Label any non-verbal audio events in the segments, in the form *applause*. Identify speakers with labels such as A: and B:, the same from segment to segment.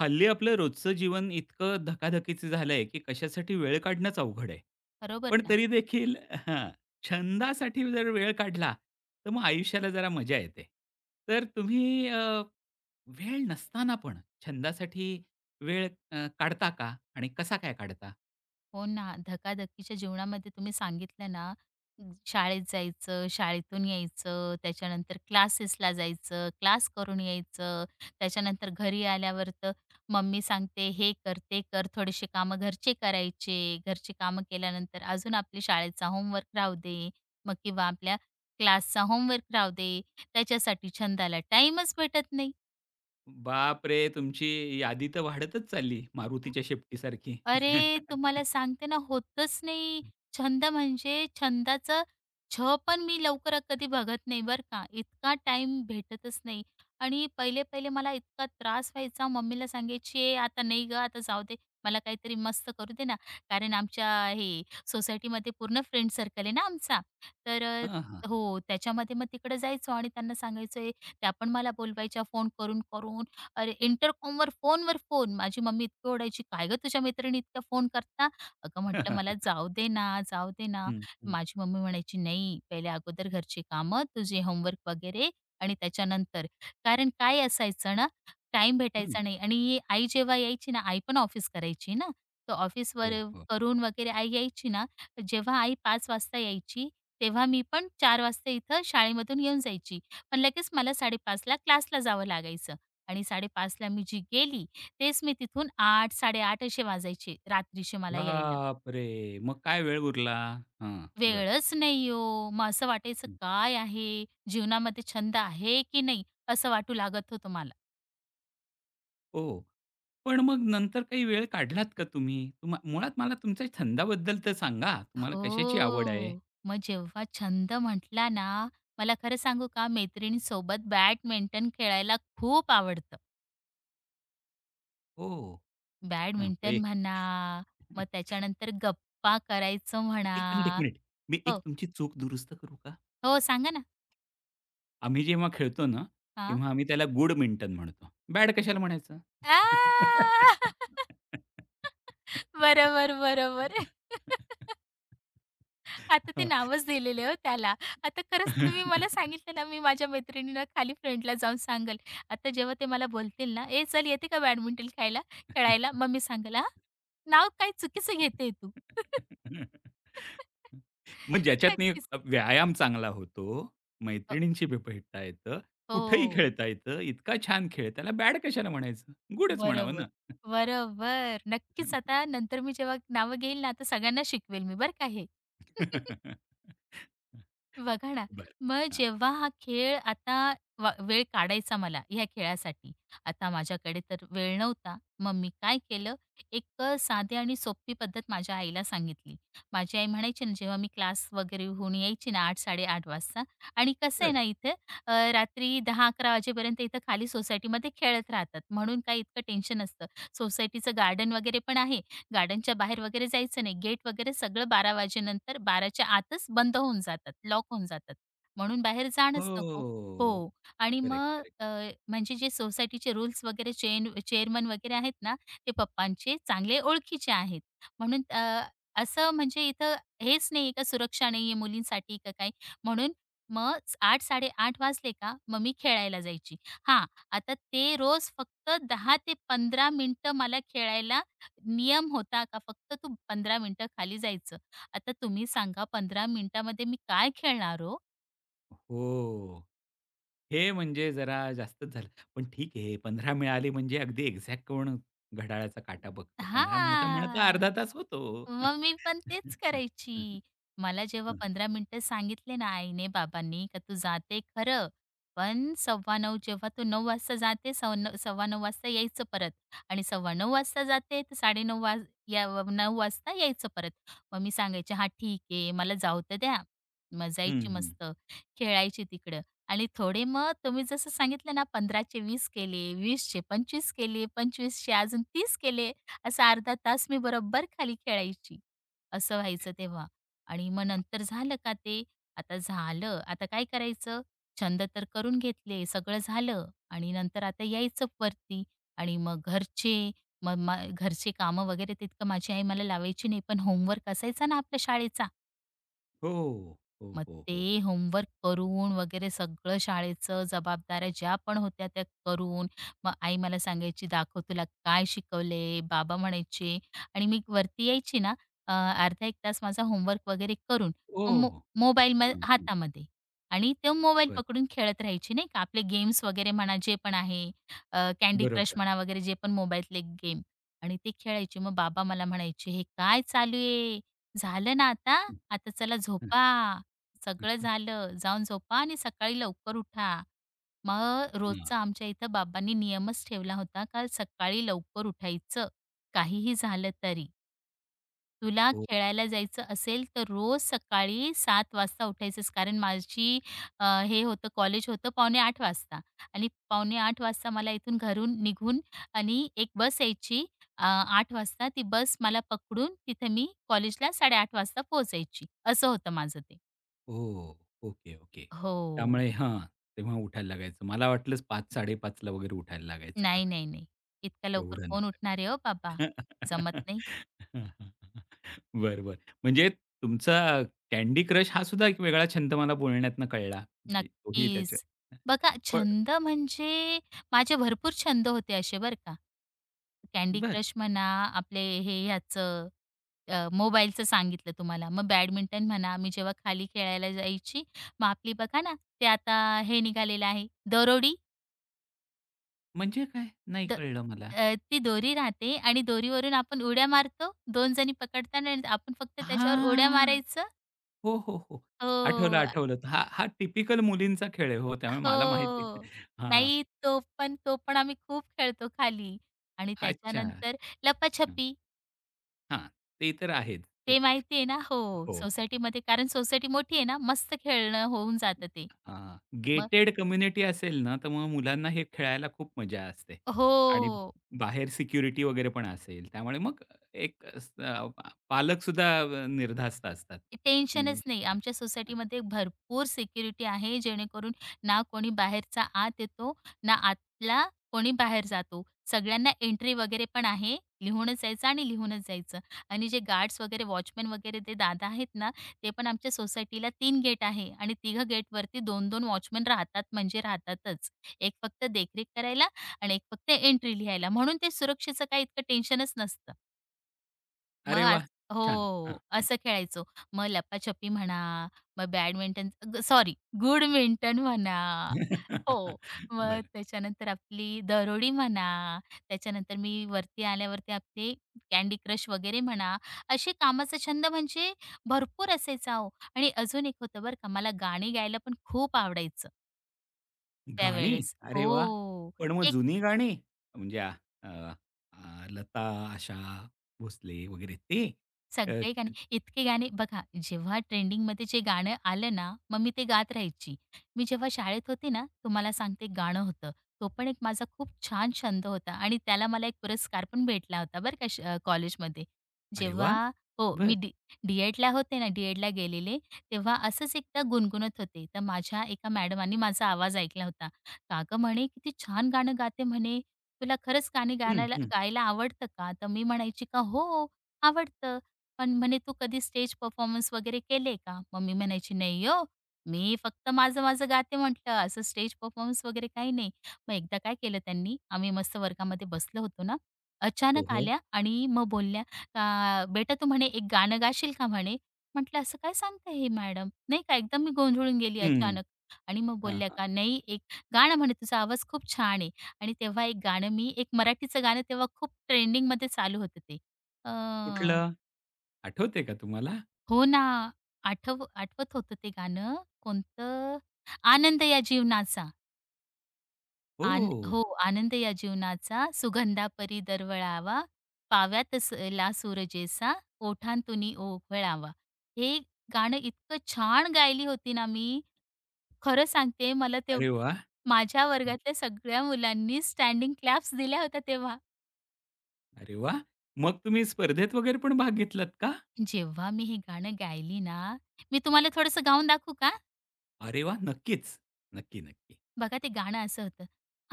A: हल्ली आपलं रोजचं जीवन इतकं धकाधकीचं झालंय, की कशासाठी वेळ काढणंच अवघड आहे.
B: बरोबर
A: पण
B: ना.
A: तरी देखील हां, छंदासाठी जर वेळ काढला, तर मग आयुष्याला जरा मजा येते. तर तुम्ही वेळ नसताना पण छंदासाठी वेळ काढता का? आणि कसा काय काढता?
B: हो ना. धकाधकीच्या जीवनामध्ये तुम्ही सांगितलं ना, शाळेत जायचं, शाळेतून यायचं, त्याच्यानंतर क्लासेसला जायचं, क्लास करून यायचं, त्याच्यानंतर घरी आल्यावर तर मम्मी सांगते, "हे कर, ते कर." थोडेसे कामं घरचे करायचे. घरची कामं केल्यानंतर अजून आपली शाळेचा होमवर्क राहू दे, मग किंवा आपल्या क्लासचा होमवर्क राहू दे. त्याच्यासाठी छंदाला टाईमच भेटत नाही.
A: बापरे! तुमची यादी तर वाढतच चालली मारुतीच्या शेपटीसारखी.
B: अरे, तुम्हाला
A: *laughs*
B: सांगते ना, होतच नाही. छंद म्हणजे छंदाचं छ पण मी लवकर कधी बघत नाही बरं का. इतका टाइम भेटतच नाही. आणि पहिले-पहिले मला इतका त्रास व्हायचा. मम्मीला सांगायची, "ए, आता नाही गं, आता जाऊ दे. मला काहीतरी मस्त करू दे ना." कारण आमच्या हे सोसायटीमध्ये पूर्ण फ्रेंड सर्कल आहे ना आमचा. तर
A: हां, हां.
B: हो, त्याच्यामध्ये मग तिकडे जायचो आणि त्यांना सांगायचो, "ए, त्या पण मला बोलवायच्या फोन करून-करून. अरे, इंटरकॉमवर फोनवर फोन. माझी मम्मी इतकी ओरडायची, "काय गं तुझ्या मैत्रिणी इतक्या फोन करता?" अगं म्हटलं, "मला
A: *laughs*
B: जाऊ दे ना, जाऊ दे ना."
A: हं, हं.
B: माझी मम्मी म्हणायची, "नाही, पहिले अगोदर घरची कामं, तुझे होमवर्क वगैरे आणि त्याच्यानंतर." कारण काय असायचं ना, टाईम
A: हं.
B: भेटायचा नाही आणि आई जेव्हा यायची ना, आई पण ऑफिस करायची ना, तर
A: हो,
B: ऑफिसवर
A: हो.
B: करून वगैरे आई यायची ना, जेव्हा आई 5 वाजता यायची, तेव्हा मी पण 4 वाजता इथं शाळेमधून येऊन जायची. पण लगेच मला 5:30 क्लासला जावं लागायचं. आणि 5:30ला मी जी गेली, तेच मी तिथून 8, 8:30 असे वाजायचे रात्रीचे मला यायला.
A: बापरे! मग काय वेळ उरला? हां, बरं.
B: वेळच नाही हो. मग असं वाटायचं
A: हं.
B: काय आहे? जीवनामध्ये छंद आहे की नाही? असं वाटू लागत होतं मला.
A: हो. पण मग नंतर काही वेळ काढलात का तुम्ही? मुळात मला तुमच्या छंदाबद्दल तर सांगा. तुम्हाला कशाची आवड आहे?
B: हो. मग जेव्हा छंद म्हटला ना, मला खरं सांगू का मैत्रिणीसोबत बॅडमिंटन खेळायला खूप आवडतं.
A: हो. हां,
B: बॅडमिंटन म्हणा, मग त्याच्यानंतर गप्पा करायचं
A: एक मिनिट, एक
B: म्हणा.
A: मिनिट. मी एक
B: हो,
A: तुमची चूक दुरुस्त करू का?
B: हो, सांगा ना?
A: आम्ही जेव्हा खेळतो ना,
B: हां.
A: तेव्हा आम्ही त्याला गुडमिंटन म्हणतो. बॅट कशाला म्हणायचं?
B: आ! *laughs* बरोबर, बरोबर.
A: *laughs*
B: *laughs* आता ते
A: हां.
B: नावच दिलेले हो त्याला. आता खरंच तुम्ही मला सांगितलं ना, मी माझ्या मैत्रिणीला खाली फ्रेंडला जाऊन सांगेल. आता जेव्हा ते मला बोलतील ना, "ए चल येते का बॅडमिंटन खेळायला खेळायला?" मग मी सांगेल, "हां, नाव काय चुकीचं घेते तू."
A: *laughs*
B: *laughs*
A: मग ज्याच्यातनी
B: नक्कीच.
A: व्यायाम चांगला होतो,
B: अ,
A: मैत्रिणींशी बी भेटता येतं, कुठेही
B: हो.
A: खेळता येतं, इतका छान खेळ, त्याला बॅड कशाला म्हणायचं? गुडच म्हणावं
B: बरोबर.
A: ना.
B: बरोबर. नक्कीच आता नंतर मी जेव्हा नावं घेईल ना, तर सगळ्यांना शिकवेल मी बरं का हे. *laughs*
A: *laughs*
B: बघा ना,
A: बरं.
B: मग
A: हां.
B: जेव्हा हा खेळ आता वेळ काढायचा मला ह्या खेळासाठी. आता माझ्याकडे तर वेळ नव्हता. मग मी काय केलं, एक साधी आणि सोपी पद्धत माझ्या आईला सांगितली. माझी आई म्हणायची ना, जेव्हा मी क्लास वगैरे होऊन यायची ना 8:00-8:30 वाजता आणि कसं आहे
A: तर
B: ना इथे रात्री 10-11 वाजेपर्यंत इथं खाली सोसायटीमध्ये खेळत राहतात. म्हणून काही इतकं टेन्शन नसतं. सोसायटीचं गार्डन वगैरे पण आहे. गार्डनच्या बाहेर वगैरे जायचं नाही. गेट वगैरे सगळं 12 वाजेनंतर 12च्या आतच बंद होऊन जातात, लॉक होऊन जातात. म्हणून बाहेर जाणंच नको.
A: हो.
B: हो. आणि
A: करेक्ट,
B: मग
A: करेक्ट.
B: म्हणजे जे सोसायटीचे रूल्स वगैरे चेन चेअरमन वगैरे आहेत ना, ते पप्पांचे चांगले ओळखीचे आहेत. म्हणून असं म्हणजे इथं हेच नाहीये का सुरक्षा नाहीये मुलींसाठी का काय? म्हणून मग 8:00-8:30 वाजले का मग मी खेळायला जायची. हां, आता ते रोज फक्त 10 ते 15 मिनिटं मला खेळायला नियम होता का फक्त तू 15 मिनिटं खाली जायचं? आता तुम्ही सांगा 15 मिनिटामध्ये मी काय खेळणार हो?
A: हो. हे म्हणजे जरा जास्तच झालं. पण ठीक आहे, 15 मिळाली म्हणजे अगदी एक्झॅक्ट कोण घड्याळाचा काटा बघतं. 15 म्हणता-म्हणता
B: हां.
A: अर्धा तास होतो.
B: मग मी पण तेच
A: *laughs*
B: करायची. मला जेव्हा 15 मिनिटं सांगितले ना आईने, बाबांनी का तू जाते खरं, पण 9:15 जेव्हा तू 9 वाजता जाते, सव 9:15 वाजता यायचं परत आणि 9:15 वाजता जाते तर 9:30 वाज या 9 वाजता यायचं परत. मग मी सांगायचे, "हां, ठीक आहे, मला जाऊ तर द्या." मग
A: हं,
B: जायची
A: हं.
B: मस्त, खेळायची तिकडं आणि थोडे मग तुम्ही जसं सांगितलं ना 15चे 20 केले, 20चे 25 केले, 25चे अजून 30 केले. असा अर्धा तास मी बरोबर खाली खेळायची. असं व्हायचं तेव्हा. आणि मग नंतर झालं का ते, आता झालं, आता काय करायचं? छंद तर करून घेतले, सगळं झालं आणि नंतर आता यायचं वरती आणि मग घरचे, मग घरचे कामं वगैरे तितकं माझी आई मला लावायची नाही, पण होमवर्क असायचा ना आपल्या शाळेचा
A: हो. हो, हो,
B: मग
A: हो.
B: ते
A: हो.
B: होमवर्क करून वगैरे सगळं शाळेचं जबाबदाऱ्या ज्या पण होत्या त्या करून, मग आई मला सांगायची, "दाखव तुला काय शिकवले." बाबा म्हणायचे आणि मी वरती यायची ना अ, अर्धा एक तास माझा होमवर्क वगैरे करून, मग
A: ओह!
B: मोबाईल
A: हं, हं.
B: हातामध्ये आणि तो मोबाईल
A: बरं.
B: पकडून खेळत राहायची नाही का. आपले गेम्स वगैरे म्हणा जे पण आहे कँडी क्रश
A: बरोबर.
B: म्हणा वगैरे जे पण मोबाईलतले गेम आणि ते खेळायचे. मग बाबा मला म्हणायचे, "हे काय चालू आहे? झालं ना आता?
A: हं,
B: आता चला
A: हं,
B: झोपा." सगळं
A: हं.
B: झालं, जाऊन झोपा आणि सकाळी लवकर उठा. मग
A: हां.
B: रोजचा आमच्या इथं बाबांनी नियमच ठेवला होता का सकाळी लवकर उठायचं, काहीही झालं तरी. तुला
A: ओ
B: खेळायला जायचं असेल तर रोज सकाळी 7 वाजता उठायचंच कारण माझी हे होतं कॉलेज होतं पावणे 8 वाजता आणि पावणे 8 वाजता मला इथून घरून निघून आणि एक बस यायची अ, 8 वाजता ती बस मला पकडून तिथं मी कॉलेजला 8:30 वाजता पोहोचायची. असं होतं माझं ते.
A: ओह! Okay, okay. त्यामुळे
B: हो.
A: हां, तेव्हा उठायला लागायचं. मला वाटलंच 5:00-5:30 ला वगैरे उठायला लागायचं का
B: नाही,
A: काय?
B: नाही, नाही. इतक्या लवकर
A: एवढं
B: कोण उठणार आहे हो
A: नव्हतं.
B: बाबा. जमत नाही.
A: *laughs* बरं, बरं. म्हणजे तुमचा कँडी क्रश हा सुद्धा एक वेगळा छंद मला बोलण्यातनं कळला, की तोही त्याच्या
B: नक्कीच. बघा
A: पण
B: छंद म्हणजे माझे भरपूर छंद होते असे बरं का. कँडी
A: बरं.
B: क्रश म्हणा, आपले हे ह्याचं मोबाईलचं सांगितलं तुम्हाला. मग बॅडमिंटन म्हणा, मी जेव्हा खाली खेळायला जायची, मग आपली बघा ना, ते आता हे निघालेलं आहे दरोडी.
A: म्हणजे काय? नाही
B: द
A: कळलं मला.
B: ती दोरी राहते आणि दोरीवरून आपण उड्या मारतो. 2 जणी पकडताना आणि आपण फक्त त्याच्यावर उड्या
A: हां.
B: मारायचं.
A: हो, हो, हो. आठवलं,
B: हो.
A: आठवलं. हा हा टिपिकल मुलींचा खेळ आहे. हो, त्यामुळे मला माहिती आहे.
B: हो.
A: हां.
B: नाही तो पण आम्ही खूप खेळतो खाली आणि
A: अच्छा.
B: त्याच्यानंतर
A: हं.
B: लपाछपी
A: हां. ते तर आहेत. ते
B: ते माहिती आहे ना? हो,
A: हो, हो, हो.
B: सोसायटीमध्ये कारण सोसायटी मोठी आहे ना, मस्त खेळणं होऊन जातं ते.
A: हां.
B: मग
A: गेटेड कम्युनिटी असेल ना, तर मग मुलांना हे खेळायला खूप मजा असते आणि
B: हो.
A: बाहेर सिक्युरिटी वगैरे पण असेल. त्यामुळे मग एक पालक पालकसुद्धा निर्धास्त असतात, की
B: टेन्शनच नाही.
A: हां,
B: आमच्या
A: हां.
B: सोसायटीमध्ये भरपूर सिक्युरिटी आहे, जेणेकरून ना कोणी बाहेरचा आत येतो, ना आतला कोणी बाहेर जातो. सगळ्यांना एंट्री वगैरे पण आहे. लिहूनच जायचं आणि लिहूनच जायचं. आणि जे गार्ड्स वगैरे, वॉचमन वगैरे ते दादा आहेत ना, ते पण आमच्या सोसायटीला 3 गेट आहे आणि तिघं गेटवरती 2-2 वॉचमन राहतात म्हणजे राहतातच. एक फक्त देखरेख करायला आणि एक फक्त एंट्री लिहायला. म्हणून ते सुरक्षेचं काही इतकं टेन्शनच नसतं. मग
A: अरे
B: आज
A: वाह! छान. हां.
B: हो, असं खेळायचो. मग लपाछपी म्हणा, मग बॅडमिंटन सॉरी गुडमिंटन म्हणा. हो,
A: *laughs*
B: मग
A: बरं.
B: त्याच्यानंतर आपली दरोडी म्हणा, त्याच्यानंतर मी वरती आल्यावरती आपली कँडी क्रश वगैरे म्हणा, असे कामाचा छंद म्हणजे भरपूर असायचा हो. आणि अजून एक होतं बरं का, मला गाणी गायला पण खूप आवडायचं
A: गाणी?
B: त्यावेळेस.
A: अरे
B: हो,
A: वाह! पण मग
B: एक
A: जुनी गाणी म्हणजे अ, अ, लता, आशा भोसले वगैरे ते? अ,
B: सगळे गाणे, इतके गाणे बघा जेव्हा ट्रेंडिंगमध्ये जे गाणं आलं ना, मग मी ते गात राहायची. मी जेव्हा शाळेत होते ना, तुम्हाला सांगते गाणं होतं. तो पण एक माझा खूप छान छंद होता आणि त्याला मला एक पुरस्कार पण भेटला होता बरं का कॉलेजमध्ये.
A: अरे वाह!
B: जेव्हा हो, मी
A: बरं.
B: डी-एडला होते ना, डी-एडला गेलेले, तेव्हा असंच एकदा गुणगुणत होते. तर माझ्या एका मॅडमांनी माझा आवाज ऐकला होता. "का म्हणे, "किती छान गाणं गाते," म्हणे, "तुला खरंच गाणी
A: हं,
B: गाण्याला
A: हं.
B: गायला आवडतं का?" तर मी म्हणायची का "हो, आवडतं." पण म्हणे, "तू कधी स्टेज परफॉर्मन्स वगैरे केले का?" मग मी म्हणायची, "नाही हो, मी फक्त माझं-माझं गाते," म्हटलं, "असं स्टेज परफॉर्मन्स वगैरे काही नाही." मग एकदा काय केलं त्यांनी, आम्ही मस्त वर्गामध्ये बसलो होतो ना,
A: हो,
B: अचानक
A: हो.
B: आल्या आणि मग बोलल्या, "का बेटा तू म्हणे एक गाणं गाशील का?" म्हणे. म्हटलं, "असं काय सांगताय हे मॅडम?" नाही का एकदम मी गोंधळून गेली
A: हं.
B: अचानक. आणि मग
A: हां,
B: बोलल्या
A: हां.
B: का, "नाही एक गाणं म्हणे, तुझा आवाज खूप छान आहे." आणि तेव्हा एक गाणं मी एक मराठीचं गाणं तेव्हा खूप ट्रेंडिंगमध्ये चालू होतं ते. अ
A: कुठलं? आठवतंय का तुम्हाला?
B: हो ना. आठवत होतं ते गाणं. कोणतं? आनंद या जीवनाचा.
A: हो.
B: हो, आनंद या जीवनाचा सुगंधापरी दरवळावा, पाव्यात स ला सूरजेचा, ओठांतूनी ओघळावा. हे गाणं इतकं छान गायली होती ना मी. खरं सांगते मला तेव्हा
A: अरे वाह!
B: माझ्या वर्गातल्या सगळ्या मुलांनी स्टँडिंग क्लॅप्स दिल्या होत्या तेव्हा.
A: अरे वाह! मग तुम्ही स्पर्धेत वगैरे पण भाग घेतलात का?
B: जेव्हा मी हे गाणं गायली ना, मी तुम्हाला थोडंसं गाऊन दाखवू का?
A: अरे वाह! नक्कीच. नक्की, नक्की.
B: बघा ते गाणं असं होतं.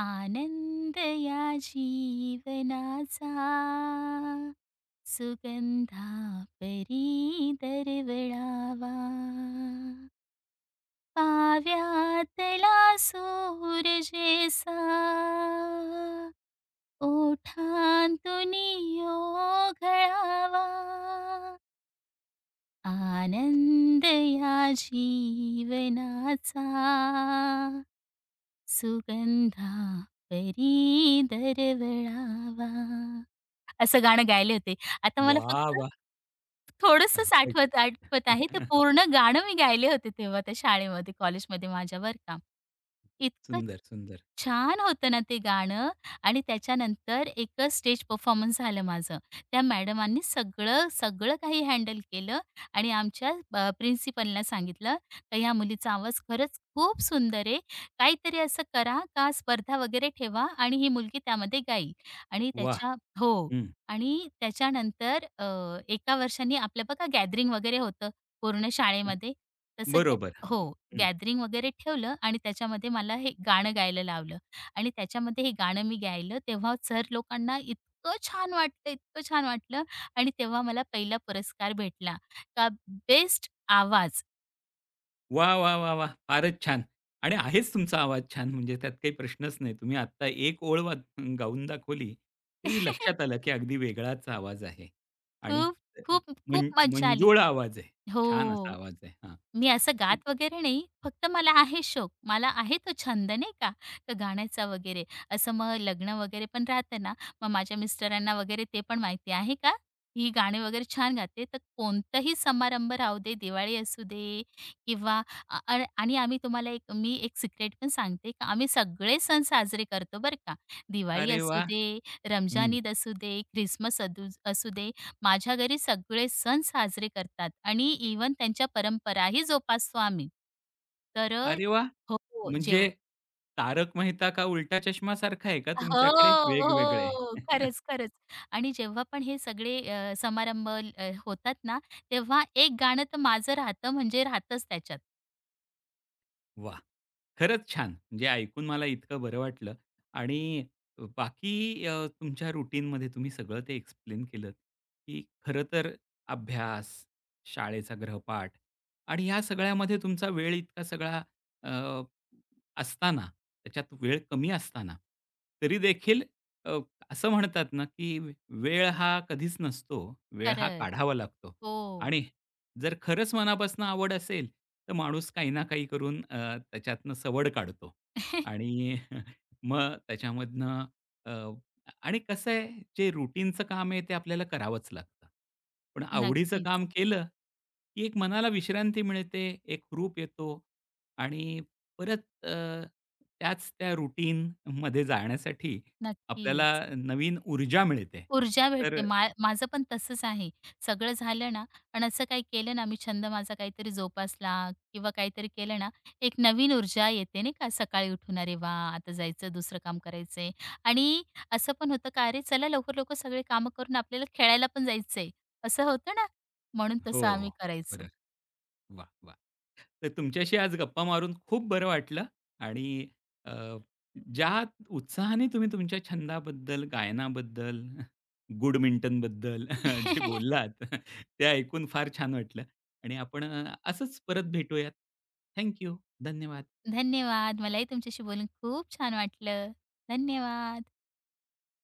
B: आनंद या जीवनाचा सुगंधा परी दरवळावा पाव्यातला सूरजेसा ओठांतून ओघळावा आनंद या जीवनाचा सुगंधा परी दरवळावा असं गाणं गायले होते. आता मला
A: वाह,
B: फक्त
A: वाह!
B: थोडंसंच आठवत आठवत आहे. ते
A: *laughs* *unintelligible*
B: पूर्ण गाणं मी गायले होते तेव्हा त्या शाळेमध्ये, कॉलेजमध्ये माझ्या बरं का. इतकं
A: सुंदर, सुंदर.
B: छान होतं ना ते गाणं आणि त्याच्यानंतर एक स्टेज परफॉर्मन्स झालं माझं. त्या मॅडमांनी सगळं, सगळं काही हँडल केलं आणि आमच्या प्रिन्सिपलला सांगितलं, "का ह्या मुलीचा आवाज खरंच खूप सुंदर आहे. काहीतरी असं करा का स्पर्धा वगैरे ठेवा आणि ही मुलगी त्यामध्ये गाईल." आणि
A: वाह!
B: त्याच्या हो.
A: हं.
B: आणि त्याच्यानंतर एका वर्षांनी आपलं बघा गॅदरिंग वगैरे होतं पूर्ण
A: हं.
B: शाळेमध्ये. तसं
A: बरोबर.
B: हो,
A: हं.
B: गॅदरिंग वगैरे ठेवलं आणि त्याच्यामध्ये मला हे गाणं गायला लावलं आणि त्याच्यामध्ये हे गाणं मी गायलं तेव्हा सर लोकांना इतकं छान वाटलं, इतकं छान वाटलं आणि तेव्हा मला पहिला पुरस्कार भेटला का बेस्ट आवाज.
A: वा वा वा वाह! फारच छान. आणि आहेच तुमचा आवाज छान, म्हणजे त्यात काही प्रश्नच नाही. तुम्ही आत्ता एक ओळ गाऊन दाखवली, तरी लक्षात
B: *laughs*
A: आलं, की अगदी वेगळाच आवाज आहे आणि
B: खूप, खूप, खूप मज्जा आली.
A: मंजुळा आवाज आहे. छान असा
B: हो.
A: आवाज आहे. हां.
B: मी असं गात वगैरे नाही, फक्त मला आहे शौक. मला आहे तो छंद नाही का, तर गाण्याचा वगैरे. असं मग लग्न वगैरे पण राहतं ना, मग माझ्या मिस्टरांना वगैरे ते पण माहिती आहे का, ही गाणे वगैरे छान गाते. तर कोणताही समारंभ राहू दे, दिवाळी असू दे किंवा अ, अ, आणि आम्ही तुम्हाला एक मी एक सिक्रेट पण सांगते का आम्ही सगळे सण साजरे करतो बरं का. दिवाळी
A: अरे
B: असू
A: वा
B: दे, रमजान
A: हं.
B: ईद असू दे, ख्रिसमस अदू असू दे, माझ्या घरी सगळे सण साजरे करतात आणि इवन त्यांच्या परंपराही जोपासतो आम्ही. तर
A: अरे वाह!
B: हो, जेव्हा
A: म्हणजे तारक मेहता का उलटा चष्मासारखा आहे का
B: हो,
A: तुमच्याकडे? वेगवेगळे.
B: हो.
A: *laughs*
B: खरंच, खरंच. आणि जेव्हा पण हे सगळे समारंभ होतात ना, तेव्हा एक गाणं तर माझं राहतं म्हणजे राहतंच त्याच्यात.
A: वाह! खरंच छान. म्हणजे ऐकून मला इतकं बरं वाटलं आणि बाकी तुमच्या रुटीनमध्ये तुम्ही सगळं ते एक्सप्लेन केलंत, की खरं तर अभ्यास, शाळेचा गृहपाठ आणि ह्या सगळ्यामध्ये तुमचा वेळ इतका सगळा अ, असताना, त्याच्यात वेळ कमी असताना, तरी देखील अ, असं म्हणतात ना, की वेळ हा कधीच नसतो, वेळ हा
B: खरंच.
A: काढावा लागतो
B: हो.
A: आणि जर खरंच मनापासून आवड असेल, तर माणूस काही ना काही करून त्याच्यातनं सवड काढतो
B: *laughs*
A: आणि *laughs* मग त्याच्यामधनं अ, आणि कसं आहे, जे रुटीनचं काम आहे ते आपल्याला करावंच लागतं. पण आवडीचं
B: नक्कीच,
A: काम केलं, की एक मनाला विश्रांती मिळते, एक रूप येतो आणि परत त्याच त्या रुटीनमध्ये जाण्यासाठी आपल्याला
B: नक्कीच.
A: नवीन ऊर्जा मिळते.
B: ऊर्जा
A: तर
B: भेटते. माझं पण तसंच आहे. सगळं झालं ना आणि असं काही केलं ना, मी छंद माझा काहीतरी जोपासला किंवा काहीतरी केलं ना, एक नवीन ऊर्जा येते नाही का, सकाळी उठून "अरे वाह! आता जायचं, दुसरं काम करायचंय" आणि असं पण होतं का "अरे चला लवकर-लवकर सगळे कामं करून आपल्याला खेळायला पण जायचंय." असं होतं ना, म्हणून
A: हो,
B: तसं आम्ही करायचो.
A: बरं. वाह! वाह! तर तुमच्याशी आज गप्पा मारून खूप बरं वाटलं आणि अ, ज्या उत्साहाने तुम्ही तुमच्या छंदाबद्दल, गायनाबद्दल, बॅडमिंटनबद्दल *laughs* जे
B: *laughs*
A: बोललात ते ऐकून फार छान वाटलं आणि आपण असंच परत भेटूयात. थँक धन्यवाद.
B: धन्यवाद. मलाही तुमच्याशी बोलून खूप छान वाटलं. धन्यवाद.